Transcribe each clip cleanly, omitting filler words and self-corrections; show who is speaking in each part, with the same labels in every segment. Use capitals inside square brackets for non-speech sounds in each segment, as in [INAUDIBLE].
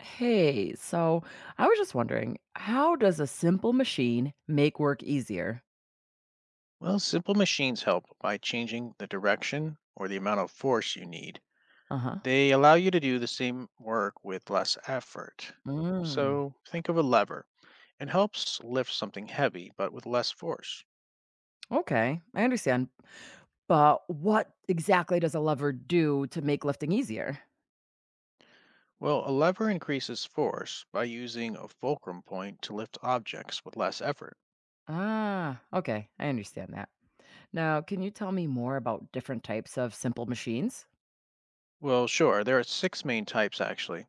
Speaker 1: Hey, so I was just wondering, how does a simple machine make work easier?
Speaker 2: Well, simple machines help by changing the direction or the amount of force you need.
Speaker 1: Uh huh.
Speaker 2: They allow you to do the same work with less effort.
Speaker 1: Mm,
Speaker 2: So think of a lever. It helps lift something heavy, but with less force.
Speaker 1: okay, I understand. But what exactly does a lever do to make lifting easier?
Speaker 2: Well, a lever increases force by using a fulcrum point to lift objects with less effort.
Speaker 1: Ah, okay, I understand that. Now, can you tell me more about different types of simple machines?
Speaker 2: Well, sure, there are six main types actually.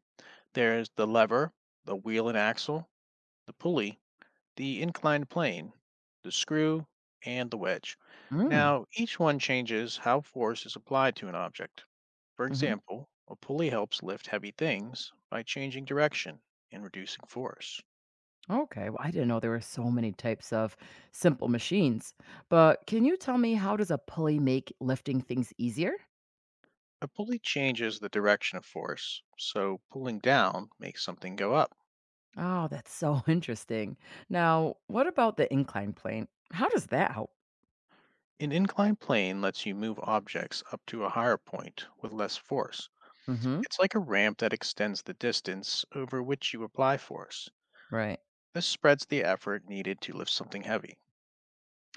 Speaker 2: There's the lever, the wheel and axle, the pulley, the inclined plane, the screw, and the wedge.
Speaker 1: Mm,
Speaker 2: Now, each one changes how force is applied to an object. For
Speaker 1: hmm.
Speaker 2: example, a pulley helps lift heavy things by changing direction and reducing force.
Speaker 1: Okay, well, I didn't know there were so many types of simple machines. But can you tell me how does a pulley make lifting things easier?
Speaker 2: A pulley changes the direction of force, so pulling down makes something go up.
Speaker 1: Oh, that's so [LAUGHS] interesting. Now, what about the incline plane? How does that help?
Speaker 2: An inclined plane lets you move objects up to a higher point with less force.
Speaker 1: Hmm.
Speaker 2: It's like a ramp that extends the distance over which you apply force.
Speaker 1: Right.
Speaker 2: This spreads the effort needed to lift something heavy.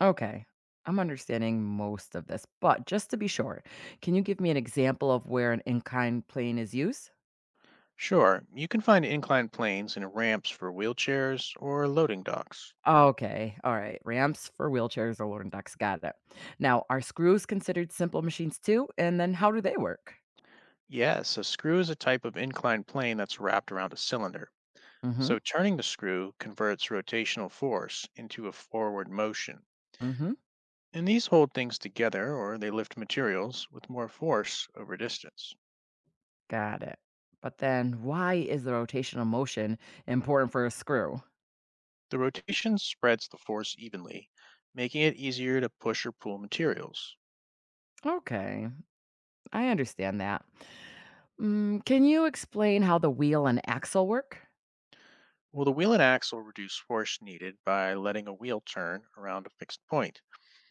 Speaker 1: Okay. I'm understanding most of this, but just to be sure, can you give me an example of where an incline plane is used?
Speaker 2: Sure, you can find inclined planes and ramps for wheelchairs or loading docks.
Speaker 1: Okay. All right. Ramps for wheelchairs or loading docks. Got it. Now, are screws considered simple machines too? And then how do they work?
Speaker 2: Yes, a screw is a type of inclined plane that's wrapped around a cylinder.
Speaker 1: Mm-hmm.
Speaker 2: So turning the screw converts rotational force into a forward motion.
Speaker 1: Mm-hmm.
Speaker 2: And these hold things together or they lift materials with more force over distance.
Speaker 1: Got it. But then why is the rotational motion important for a screw?
Speaker 2: The rotation spreads the force evenly, making it easier to push or pull materials.
Speaker 1: Okay. I understand that. Mm, can you explain how the wheel and axle work?
Speaker 2: Well, the wheel and axle reduce force needed by letting a wheel turn around a fixed point.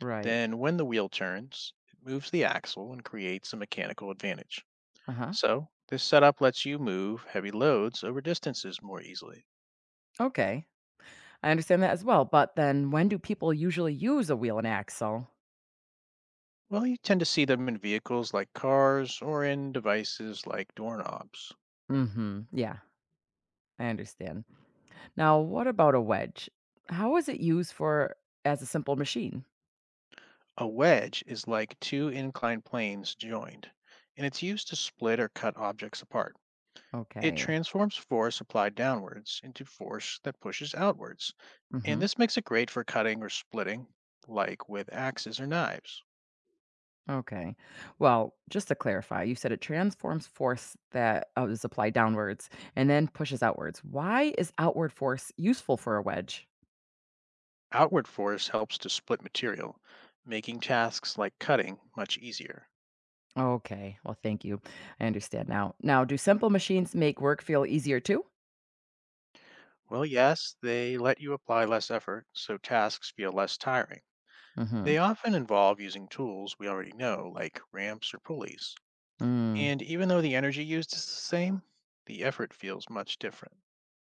Speaker 1: Right.
Speaker 2: Then, when the wheel turns, it moves the axle and creates a mechanical advantage.
Speaker 1: Uh huh.
Speaker 2: So this setup lets you move heavy loads over distances more easily.
Speaker 1: Okay, I understand that as well. But then when do people usually use a wheel and axle?
Speaker 2: Well, you tend to see them in vehicles like cars or in devices like doorknobs.
Speaker 1: Mm hmm. Yeah, I understand. Now, what about a wedge? How is it used for as a simple machine?
Speaker 2: A wedge is like two inclined planes joined, and it's used to split or cut objects apart. It
Speaker 1: Okay.
Speaker 2: transforms force applied downwards into force that pushes outwards,
Speaker 1: Mm
Speaker 2: and
Speaker 1: hmm.
Speaker 2: this makes it great for cutting or splitting, like with axes or knives.
Speaker 1: Okay. Well, just to clarify, you said it transforms force that is applied downwards and then pushes outwards. Why is outward force useful for a wedge?
Speaker 2: Outward force helps to split material, making tasks like cutting much easier.
Speaker 1: Okay. Well, thank you. I understand now. Now, do simple machines make work feel easier too?
Speaker 2: Well, yes, they let you apply less effort, so tasks feel less tiring.
Speaker 1: Mm-hmm.
Speaker 2: They often involve using tools we already know, like ramps or pulleys.
Speaker 1: Mm,
Speaker 2: And even though the energy used is the same, the effort feels much different.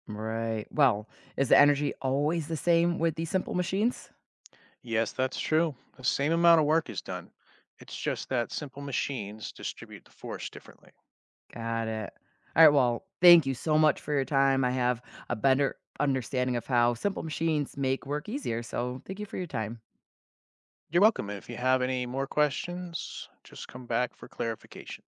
Speaker 1: right. Well, is the energy always the same with these simple machines?
Speaker 2: Yes, that's true. The same amount of work is done. It's just that simple machines distribute the force differently.
Speaker 1: Got it. All right. Well, thank you so much for your time. I have a better understanding of how simple machines make work easier. So, thank you for your time.
Speaker 2: You're welcome. And if you have any more questions, just come back for clarification.